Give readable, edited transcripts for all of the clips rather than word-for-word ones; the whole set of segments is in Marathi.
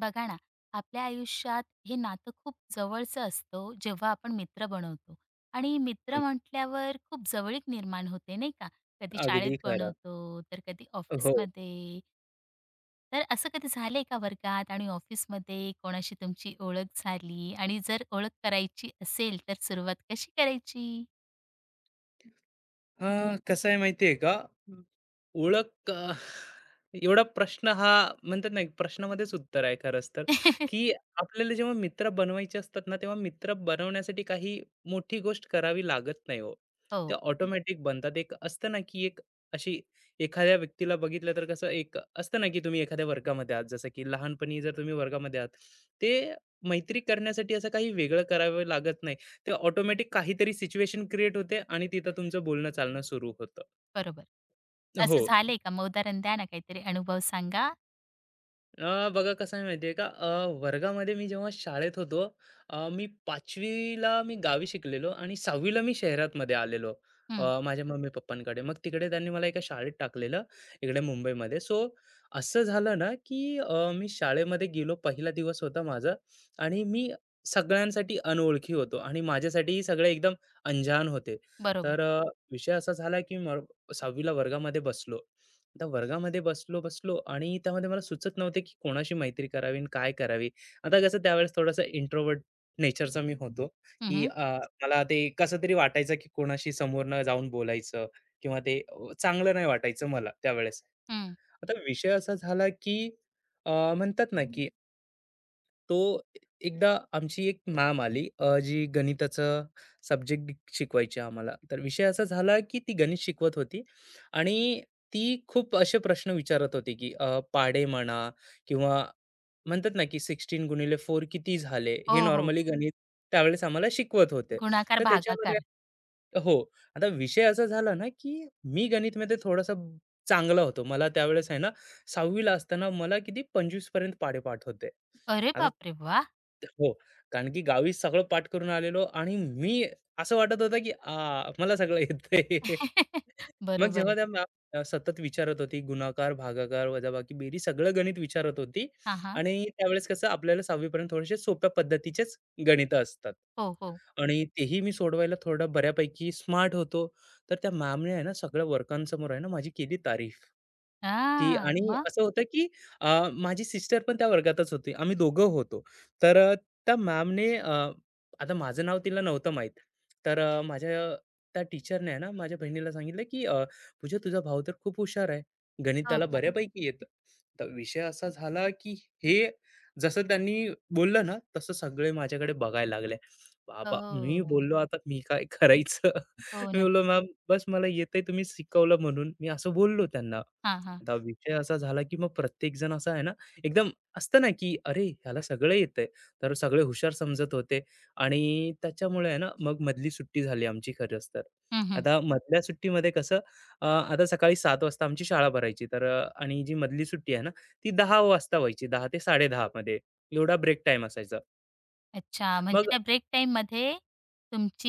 बघा ना, आपल्या आयुष्यात हे नातं खूप जवळचं असतं जेव्हा आपण मित्र बनवतो. आणि मित्र हं, म्हटल्यावर खूप जवळीक निर्माण होते नाही का? कधी शाळेत अगदी खरं. बनवतो तर कधी हो. ऑफिसमध्ये. तर असं कधी झालंय का वर्गात आणि ऑफिसमध्ये कोणाशी तुमची ओळख झाली आणि जर ओळख करायची असेल तर सुरुवात कशी करायची? अ, कसं आहे माहिती आहे का? हं. ओळख एवढा प्रश्न हा म्हणतात ना, एक प्रश्नामध्येच उत्तर आहे खरंच तर, की आपल्याला जेव्हा मित्र बनवायचे असतात ना, तेव्हा मित्र बनवण्यासाठी काही मोठी गोष्ट करावी लागत नाही हो. हो. ते ऑटोमॅटिक बनतात. एक असतं ना, की एक अशी एखाद्या व्यक्तीला बघितलं तर कसं एक असतं ना, की तुम्ही एखाद्या वर्गामध्ये आहात, जसं की लहानपणी जर तुम्ही वर्गामध्ये आहात, ते मैत्री करण्यासाठी असं काही वेगळं करावं लागत नाही. ते ऑटोमॅटिक काहीतरी सिच्युएशन क्रिएट होते आणि तिथं तुमचं बोलणं चालणं सुरू होतं. बरोबर. हो. असं झालंय का? मग उदाहरण द्या ना काहीतरी. अनुभव सांगा. बघा कसं आहे माहिती का वर्गामध्ये मी जेव्हा शाळेत होतो, मी 5वीला मी गावी शिकलेलो आणि 6वीला मी शहरातमध्ये आलेलो, हं, माझ्या मम्मी पप्पांकडे. मग तिकडे त्यांनी मला एका शाळेत टाकलेलं इकडे मुंबईमध्ये. सो असं झालं ना की मी शाळेमध्ये गेलो, पहिला दिवस होता माझा आणि मी सगळ्यांसाठी अनोळखी होतो आणि माझ्यासाठी सगळे एकदम अंजान होते. बरोबर. तर विषय असा झाला की 6वीला वर्गामध्ये बसलो. आता वर्गामध्ये बसलो बसलो आणि त्यामध्ये मला सुचत नव्हते की कोणाशी मैत्री करावी आणि काय करावी. आता कसं त्यावेळेस थोडासा इंट्रोव्हर्ट नेचरचा मी होतो, हं, की हं, मला ते कसं तरी वाटायचं की कोणाशी समोरनं जाऊन बोलायचं किंवा ते चांगलं नाही वाटायचं मला त्यावेळेस. हं. आता विषय असा झाला की अ, म्हणतात ना की तो एकदा आमची एक मॅम आली, जी गणिताचं सब्जेक्ट शिकवायची आम्हाला. तर विषय असा झाला, की ती गणित शिकवत होती आणि ती खूप असे प्रश्न विचारत होती, की पाढे म्हणा किंवा म्हणतात ना, की 16 गुणिले 4 किती झाले? हो हे हो. नॉर्मली गणित त्यावेळेस आम्हाला शिकवत होते. गुणाकार, तर त्याच्यामध्ये भागाकार. हो. आता विषय असा झाला ना, की मी गणितमध्ये थोडासा चांगला होतो. मला त्यावेळेस आहे ना 6वी ला असताना मला किती 25 पर्यंत पाढेपाठ होते. अरे आता बापरे! वाह! हो. कारण की गावी सगळं पाठ करून आलेलो आणि मी असं वाटत होतं, की आ, मला सगळं येतंय. मग बरोबर जेव्हा आहे. त्या मॅम सतत विचारत होती गुणाकार, भागाकार, वजाबाकी, बेरीज सगळं गणित विचारत होती हां, हां. आणि त्यावेळेस कसं आपल्याला 6वी थोडेसे सोप्या पद्धतीचेच गणितं असतात. हो, हो. आणि तेही मी सोडवायला थोडं बऱ्यापैकी स्मार्ट होतो. तर त्या मॅमने आहे ना सगळ्या वर्कांसमोर आहे ना माझी केली तारीफ, की हां. आणि मग? असं होतं की माझी सिस्टर पण त्या वर्गातच होती. आम्ही दोघं होतो. तर त्या मॅमने आता माझं नाव तिला नव्हतं माहीत. तर माझ्या त्या टीचरने आहे ना माझ्या बहिणीला सांगितलं, की "पूजा तुझा भाऊ तर खूप हुशार आहे. गणित हो का? बऱ्यापैकी येतं." तर विषय असा झाला, की हे जसं त्यांनी बोललं ना, तसं सगळे माझ्याकडे बघायला लागले. बाबा! मी हो. बोललो, "आता मी काय करायचं?" हो, मी बोललो, नक्की. "मॅम, बस मला येतंय तुम्ही शिकवलं म्हणून." मी असं बोललो त्यांना. हां, हां. आता विषय असा झाला, की मग प्रत्येकजण असा आहे ना, एकदम असतं ना, की "अरे, ह्याला सगळं येतंय." तर सगळे हुशार समजत होते आणि त्याच्यामुळे आहे ना, मग मधली सुट्टी झाली आमची खरंच तर. हं, हं. आता मधल्या सुट्टीमध्ये कसं आता सकाळी 7:00 वाजता आमची शाळा भरायची, तर आणि जी मधली सुट्टी आहे ना, ती 10:00 वाजता व्हायची. 10 ते 10:30 मध्ये एवढा ब्रेक टाईम असायचा. अच्छा, मग म्हणजे त्या ब्रेक टाईममध्ये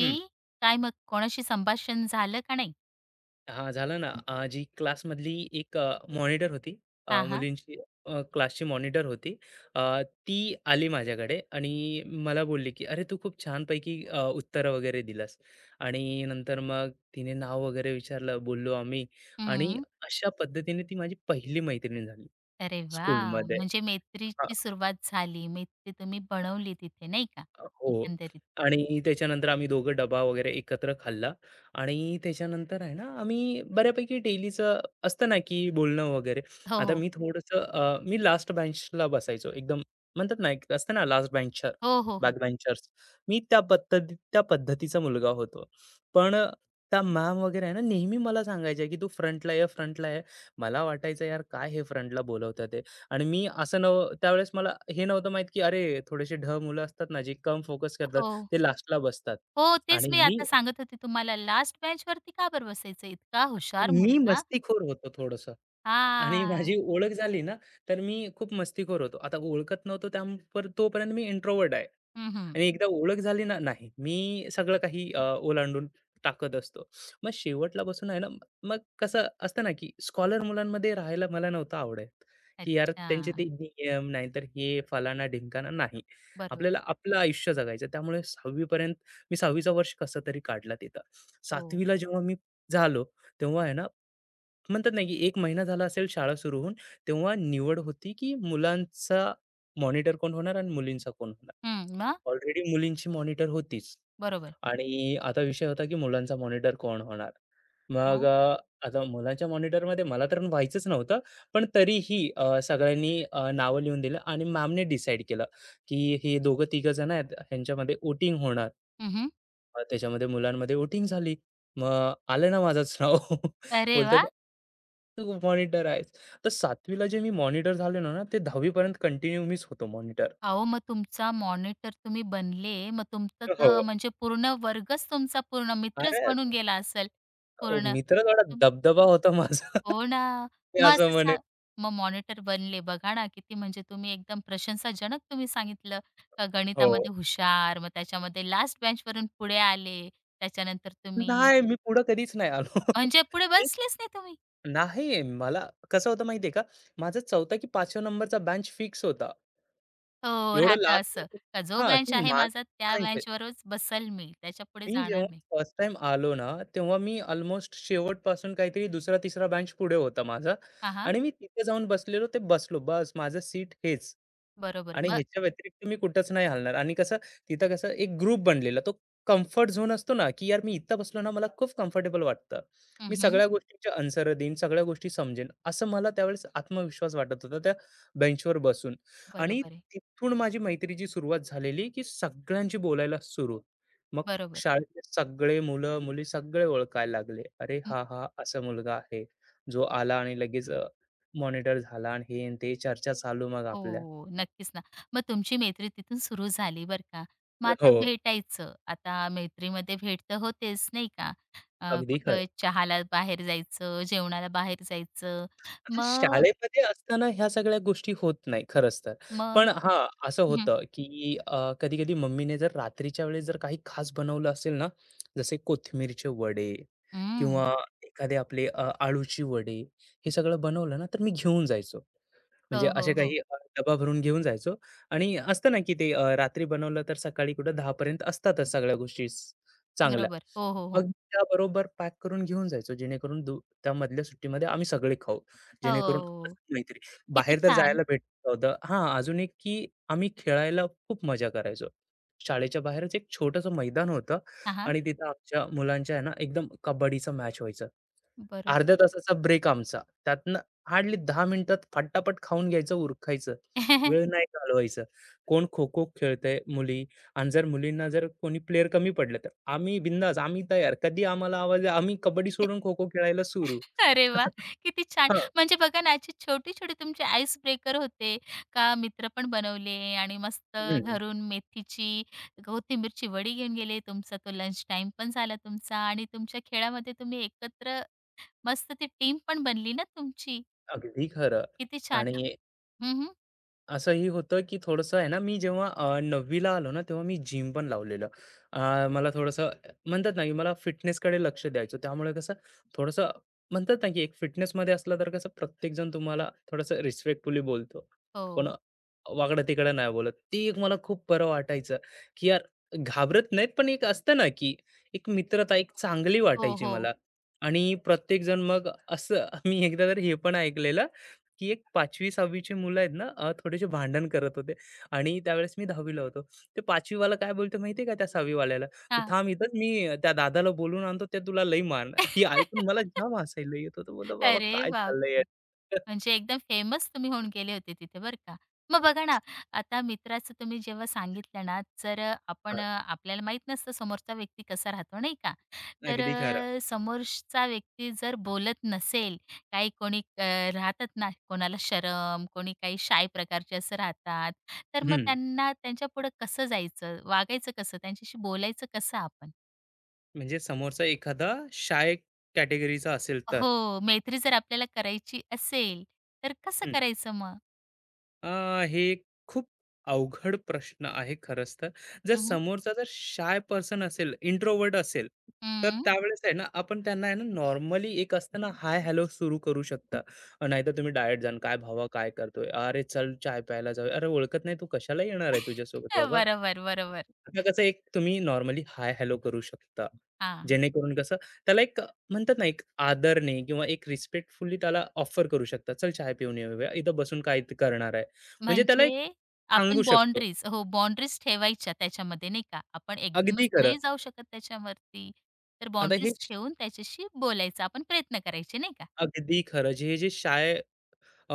हं. काय मग कोणाशी संभाषण झालं का नाही? हां, झालं ना. जी क्लासमधली एक मॉनिटर होती. हां, हां. मुलींची, क्लासची मॉनिटर होती. ती आली माझ्याकडे आणि मला बोलली, की "अरे, तू खूप छानपैकी उत्तरं वगैरे दिलंस." आणि नंतर मग तिने नाव वगैरे विचारलं, बोललो आम्ही आणि हं. अशा पद्धतीने ती माझी पहिली मैत्रीण झाली अरे वाह! स्कूलमध्ये. म्हणजे मैत्रीची सुरुवात झाली. मैत्री तुम्ही बनवली तिथे नाही का? हो. एकंदरीत. आणि त्याच्यानंतर आम्ही दोघं डबा वगैरे एकत्र खाल्ला आणि त्याच्यानंतर आहे ना, आम्ही बऱ्यापैकी डेलीचं असतं ना, की बोलणं वगैरे. हो, आता हो. मी थोडंसं मी लास्ट बेंचला बसायचो. एकदम म्हणतात ना, एक असतं ना लास्ट बेंचर, हो, हो, हो. Back benchers. मी त्या पद्धतीचा मुलगा होतो. पण त्या मॅम वगैरे आहे ना, नेहमी मला सांगायच्या, की "तू फ्रंटला ये, फ्रंटला ये." मला वाटायचं, "यार, काय हे फ्रंटला बोलवतात आणि मी असं नव त्यावेळेस मला हे नव्हतं माहित की अरे थोडेसे ढ मुलं असतात ना, जे कम फोकस करतात, हो. ते लास्टला बसतात. हो, तेच आणि मी मी आता सांगत होते तुम्हाला. लास्ट बेंचवरती का बरं बसायचं? इतका हुशार मी मुलगा. मस्तीखोर होतो थोडंसं आणि माझी हां. ओळख झाली ना, तर मी खूप मस्तीखोर होतो. आता ओळखत नव्हतो त्या पर तोपर्यंत मी इंट्रोव्हर्ट आहे. हं, हं. आणि एकदा ओळख झाली ना नाही मी सगळं काही ओलांडून टाकत असतो. मग शेवटला बसून आहे ना, मग कसं असतं ना, की स्कॉलर मुलांमध्ये राहायला मला नव्हतं आवडत, की यार अच्छा. त्यांचे ते नियम नाहीतर हे फलाना ढिमकाना नाही. बरोबर. आपल्याला आपलं आयुष्य जगायचं. त्यामुळे 6वी पर्यंत मी 6वीचा वर्ष कसं तरी काढला तिथं. हो. 7वीला जेव्हा मी झालो तेव्हा आहे ना, म्हणतात ना, की 1 महिना झाला असेल शाळा सुरू होऊन, तेव्हा निवड होती, की मुलांचा मॉनिटर कोण होणार आणि मुलींचा कोण होणार. हं. मग? ऑलरेडी मुलींची मॉनिटर होतीच बरोबर. आणि आता विषय होता की मुलांचा मॉनिटर कोण होणार? मग मग? आता मुलांच्या मॉनिटरमध्ये मला तर व्हायचंच नव्हतं. पण तरीही सगळ्यांनी नावं लिहून दिलं आणि मॅमने डिसाईड केलं, की हे दोघं तिघं जण आहेत, ह्यांच्यामध्ये वोटिंग होणार. हं, मग त्याच्यामध्ये मुलांमध्ये वोटिंग झाली. मग आलं ना माझंच नाव. अरे बोलतात, वा, "तू मॉनिटर आहेस." तर 7वी जे मी मॉनिटर झालेलो ना, ते 10वी कंटिन्यू मीच होतो मॉनिटर. अहो, मग तुमचा मॉनिटर तुम्ही बनले. मग तुमचं तर हो. म्हणजे पूर्ण वर्गच तुमचा, पूर्ण मित्रच अरे बनून गेला असेल. हो, पूर्ण. मित्र थोडा दबदबा होता माझा. हो ना. मी मग असं असं म्हणेन. सा, मग मॉनिटर बनले बघा ना, किती म्हणजे तुम्ही एकदम प्रशंसाजनक तुम्ही सांगितलं, का हो. गणितामध्ये हुशार, मग त्याच्यामध्ये लास्ट बेंचवरून पुढे आले. त्याच्यानंतर तुम्ही नाही, मी पुढे कधीच नाही आलो. म्हणजे पुढे मी बसलेच नाही तुम्ही. नाही, मला कसं होतं माहिती आहे का? माझा 4था की 5व्या नंबरचा बँच फिक्स होता. हो, एवढं राहतं असं, लास्टला का जो हां, बेंच की आहे माझा त्या माझं बेंचवरच बसेल मी, त्याच्यापुढे मी जाणार जेव्हा नाही. फर्स्ट टाईम आलो ना, तेव्हा मी अल्मोस्ट शेवटपासून काहीतरी दुसरा-तिसरा बेंच पुढे होता माझा हां, हां. आणि मी तिथे जाऊन बसलेलो, ते बसलो. बस माझं सीट हेच बरोबर. आणि मग, ह्याच्या व्यतिरिक्त मी कुठंच नाही हलणार आणि कसं तिथं कसं एक ग्रुप बनलेला. तो कम्फर्ट झोन असतो ना, की यार मी इथं बसलो ना, मला खूप कम्फर्टेबल वाटतं. मी हं, सगळ्या गोष्टींची आन्सर देईन, सगळ्या गोष्टी समजेन, असं मला त्यावेळेस आत्मविश्वास वाटत होता त्या बेंचवर बसून आणि बरोबर आहे. तिथून माझी मैत्रीची सुरुवात झालेली, की सगळ्यांशी बोलायला सुरू. मग बरोबर. शाळेतले सगळे मुलं-मुली सगळे ओळखायला लागले. अरे, हा असा मुलगा आहे, जो आला आणि लगेच मॉनिटर झाला आणि हे आणि ते चर्चा चालू मग आपल्या. हो, नक्कीच ना. मग तुमची मैत्री तिथून सुरू झाली बरं का. मग आता हो, भेटायचं. आता मैत्रीमध्ये भेट तर होतेच नाही का. अगदी खरं. कुठं चहाला बाहेर जायचं, जेवणाला बाहेर जायचं. आता मग शाळेमध्ये असताना ह्या सगळ्या गोष्टी होत नाही खरंच तर. मग पण हां, असं हं, हं. होतं, की कधी-कधी मम्मीने जर रात्रीच्या वेळेस जर काही खास बनवलं असेल ना, जसे कोथिंबीरचे वडे हं. किंवा एखादे आपले आळूची वडे, हे सगळं बनवलं ना, तर मी घेऊन जायचो. म्हणजे हो, असे हो, हो. काही डबा भरून घेऊन जायचो आणि असतं ना की ते रात्री बनवलं तर सकाळी कुठं 10 पर्यंत असतातच सगळ्या गोष्टी चांगल्या. बरोबर. हो, हो, हो. मग त्याबरोबर पॅक करून घेऊन जायचो जेणेकरून त्यामधल्या सुट्टीमध्ये आम्ही सगळे खाऊ, जेणेकरून हो. असं नाहीतरी किती बाहेर तर छान. जायला भेटत होतं. हा अजून एक की आम्ही खेळायला खूप मजा करायचो. शाळेच्या बाहेरच एक छोटंसं मैदान होतं हां, हां. आणि तिथं आमच्या मुलांच्या आहे ना एकदम कबड्डीचा मॅच व्हायचा. बरोबर. अर्ध्या तासाचा ब्रेक आमचा. त्यातनं हार्डली 10 मिनिटात फटाफट खाऊन घ्यायचं, उरकायचं. वेळ नाही घालवायचं. कोण खो-खो खेळतंय मुली आणि जर मुलींना जर कोणी प्लेयर कमी पडलं, तर आम्ही बिंदास, आम्ही तयार. कधी आम्हाला आवाज आम्ही कबड्डी सोडून खो-खो खेळायला सुरू. अरे वा, किती छान. हां. म्हणजे बघा ना, अशी छोटे-छोटे तुमचे आईस ब्रेकर होते का? मित्र पण बनवले आणि मस्त हं. घरून मेथीची, कोथिंबीरची वडी घेऊन गेले. तुमचा तो लंच टाइम पण झाला तुमचा, आणि तुमच्या खेळामध्ये तुम्ही एकत्र मस्त ती टीम पण बनली ना तुमची. अगदी खरं. किती छान. आणि हं, असंही होतं, की थोडंसं आहे ना, मी जेव्हा 9वी आलो ना, तेव्हा मी जिम पण लावलेलं. मला थोडंसं म्हणतात ना, की मला फिटनेसकडे लक्ष द्यायचं. त्यामुळे कसं थोडंसं म्हणतात ना, की एक फिटनेसमध्ये असलं तर कसं प्रत्येकजण तुम्हाला थोडंसं रिस्पेक्टफुली बोलतो. हो. कोण वाकडं-तिकडं नाही बोलत. ते एक मला खूप बरं वाटायचं, की यार घाबरत नाहीत, पण एक असतं ना, की एक मित्रता एक चांगली हो, वाटायची हो. मला. आणि प्रत्येकजण मग असं मी एकदा तर हे पण ऐकलेलं, की एक 5वी-6वी ची मुलं आहेत ना, थोडेसे भांडण करत होते आणि त्यावेळेस मी 10वी होतो. ते 5वी वाला काय बोलतो माहिती आहे का त्या 6वी वाल्याला? "तू हां. थांब इथंच मी त्या दादाला बोलवून आणतो, ते तुला लई मारणार." हे ऐकून मला जाम हसायला येत होतं. बोललो, "बाबा अरे काय चाललंय बापरे! यार?" म्हणजे एकदम फेमस तुम्ही होऊन गेले होते तिथे बरं का. मग बघा ना, आता मित्राचं तुम्ही जेव्हा सांगितलं ना, जर हां, आपण आपल्याला माहीत नसतं समोरचा व्यक्ती कसा राहतो नाही का? तर अगदी खरं. समोरचा व्यक्ती जर बोलत नसेल, काही कोणी राहतात ना, कोणाला शरम, कोणी काही शाय प्रकारचे असं राहतात, तर मग हं, त्यांना त्यांच्यापुढं कसं जायचं, वागायचं कसं, त्यांच्याशी बोलायचं कसं आपण? म्हणजे समोरचा एखादा शाय कॅटेगरीचा असेल तर. हो, मैत्री जर आपल्याला करायची असेल, तर कसं करायचं मग? अ, हे एक खूप अवघड प्रश्न आहे खरंच तर. जर हं, हं. समोरचा जर शाय पर्सन असेल, इंट्रोव्हर्ट असेल, तर त्यावेळेस आहे ना, आपण त्यांना आहे ना, नॉर्मली एक असतं हाय हॅलो सुरू करू शकता. नाहीतर तुम्ही डायरेक्ट जाल, "काय भावा काय करतोय? अरे चल चाय प्यायला जाऊया." "अरे ओळखत नाही, तू कशाला येणार आहे तुझ्यासोबत बाबा?" बरोबर, बरोबर. आता कसं एक तुम्ही नॉर्मली हाय हॅलो करू शकता. हां. जेणेकरून कसं त्याला एक म्हणतात ना, एक आदरने किंवा एक रिस्पेक्टफुली त्याला ऑफर करू शकता. "चल, चाय पिऊन येऊया, इथं बसून काय इथं करणार आहे?" म्हणजे त्याला एक म्हणजे सांगू आपण शकतो. बाउंडरीज, हो, बाउंडरीज ठेवायच्या त्याच्यामध्ये नाही का? आपण अगदी एकदमच खरं. नाही जाऊ शकत त्याच्यावरती. तर आता हे बाउंडरीज ठेवून त्याच्याशी बोलायचा आपण प्रयत्न करायचे नाही का? अगदी खरं. हे जे शाळे अ,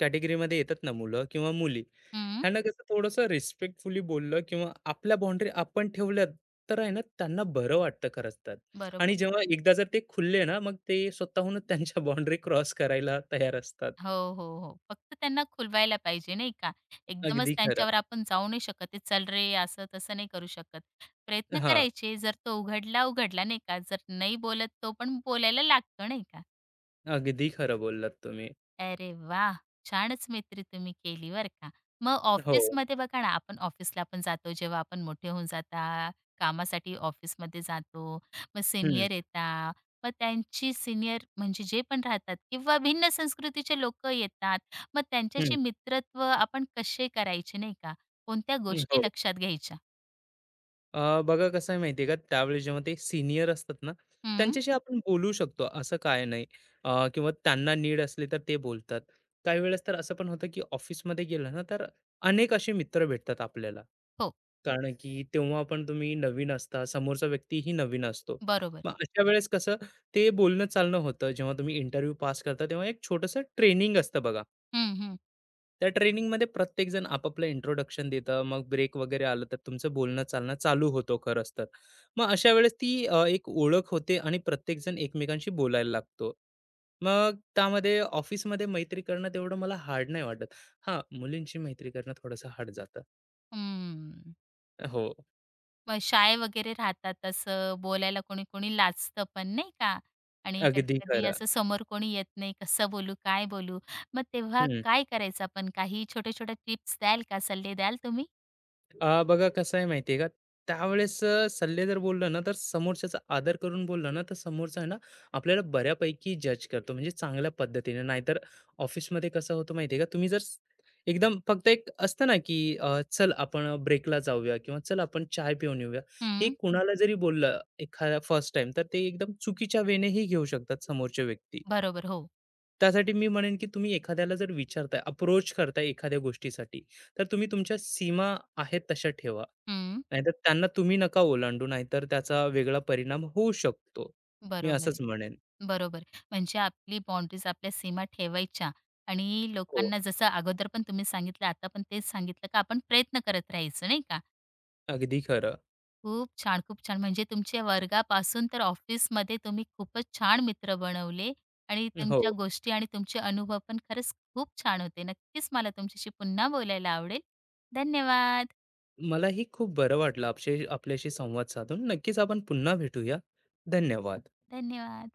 कॅटेगरीमध्ये येतात ना मुलं किंवा मुली, हं, ह्यांना कसं थोडंसं रिस्पेक्टफुली बोललं किंवा आपल्या बाउंडरी आपण ठेवल्यात, तर आहे ना त्यांना बरं वाटतं खरंच तर. बरोबर. आणि जेव्हा एकदा जर ते खुलले ना, मग ते स्वतःहूनच त्यांच्या बाउंडरी क्रॉस करायला तयार असतात. हो, हो, हो. फक्त त्यांना खुलवायला पाहिजे नाही का? एकदमच अगदी खरं. त्यांच्यावर आपण जाऊ नाही शकत, "ए, चल रे," असं तसं नाही करू शकत. प्रयत्न हां, करायचे. जर तो उघडला, उघडला नाही का? जर नाही बोलत तो पण बोलायला लागतो नाही का? अगदी खरं बोललात तुम्ही. अरे वाह! छानच मैत्री तुम्ही केली बरं का. मग हो. ऑफिसमध्ये बघा ना, आपण ऑफिसला पण जातो, जेव्हा आपण मोठे होऊन जाता, कामासाठी ऑफिसमध्ये जातो, मग हं, सीनियर येतात, मग त्यांची सीनियर म्हणजे जे पण राहतात किंवा भिन्न संस्कृतीचे लोक येतात, मग हं. त्यांच्याशी मित्रत्व आपण कसे करायचे नाही का? कोणत्या हो. गोष्टी लक्षात घ्यायच्या? बघा कसं आहे माहिती आहे का, त्यावेळेस जेव्हा ते सीनियर असतात ना, हं, त्यांच्याशी आपण बोलू शकतो, असं काय नाही. किंवा त्यांना नीड असली तर ते बोलतात. काही वेळेस तर असं पण होतं, की ऑफिसमध्ये गेलं ना, तर अनेक असे मित्र भेटतात आपल्याला. हो, कारण की तेव्हा पण तुम्ही नवीन असता, समोरचा व्यक्तीही नवीन असतो. बरोबर. मग अशा वेळेस कसं ते बोलणं चालणं होतं. जेव्हा तुम्ही इंटरव्ह्यू पास करता, तेव्हा एक छोटंसं ट्रेनिंग असतं बघा. हं, हं, त्या ट्रेनिंगमध्ये प्रत्येकजण आपापलं इंट्रोडक्शन देतं, मग ब्रेक वगैरे आलं तर तुमचं बोलणं-चालणं चालू होतो खरंच तर. मग अशा वेळेस ती एक ओळख होते आणि प्रत्येकजण एकमेकांशी बोलायला लागतो. मग त्यामध्ये ऑफिसमध्ये मैत्री करणं तेवढं मला हार्ड नाही वाटत. हां, मुलींशी मैत्री करणं थोडंसं हार्ड जातं. हं. हो, मग शाय वगैरे राहतात तसं बोलायला कोणी-कोणी लाजतं पण नाही का? आणि अगदी कधी-कधी खरं. असं समोर कोणी येत नाही, कसं बोलू, काय बोलू? मग तेव्हा काय करायचं आपण? काही छोट्या-छोट्या टिप्स द्याल का? सल्ले द्याल तुम्ही? बघा कसं आहे माहिती आहे का, त्यावेळेस सल्ले जर बोललं ना तर समोरच्याचा आदर करून बोललं ना तर समोरचा आहे ना आपल्याला बऱ्यापैकी जज करतो म्हणजे चांगल्या पद्धतीने. नाहीतर ऑफिसमध्ये कसं होतं माहिती आहे का तुम्ही जर एकदम फक्त एक असतं ना की चल आपण ब्रेकला जाऊया किंवा चल आपण चाय पिऊन येऊया, हे हं, कुणाला जरी बोललं एखाद्या फर्स्ट टाइम तर ते एकदम चुकीच्या वेनेही घेऊ शकतात समोरचे व्यक्ती. बरोबर. हो. त्यासाठी मी म्हणेन की तुम्ही एखाद्याला जर विचारताय, अप्रोच करताय एखाद्या गोष्टीसाठी, तर तुम्ही तुमच्या सीमा आहेत तशा ठेवा. हं, नाहीतर त्यांना तुम्ही नका ओलांडू, नाहीतर त्याचा वेगळा परिणाम होऊ शकतो. मी बरोबर आहे. असंच म्हणेन. बरोबर. म्हणजे आपली बाउंडरीज, आपल्या सीमा ठेवायच्या आणि हो, लोकांना जसं अगोदर पण तुम्ही सांगितलं, आता पण तेच सांगितलं, का आपण प्रयत्न करत राहायचं नाही का? अगदी खरं. खूप छान, खूप छान. म्हणजे तुमच्या वर्गापासून तर ऑफिसमध्ये तुम्ही खूपच छान मित्र बनवले आणि हो, तुमच्या गोष्टी आणि तुमचे अनुभव पण खरंच खूप छान होते. नक्कीच मला तुमच्याशी पुन्हा बोलायला आवडेल. धन्यवाद. मलाही खूप बरं वाटलं आपल्याशी संवाद साधून. नक्कीच आपण पुन्हा भेटूया. धन्यवाद. धन्यवाद.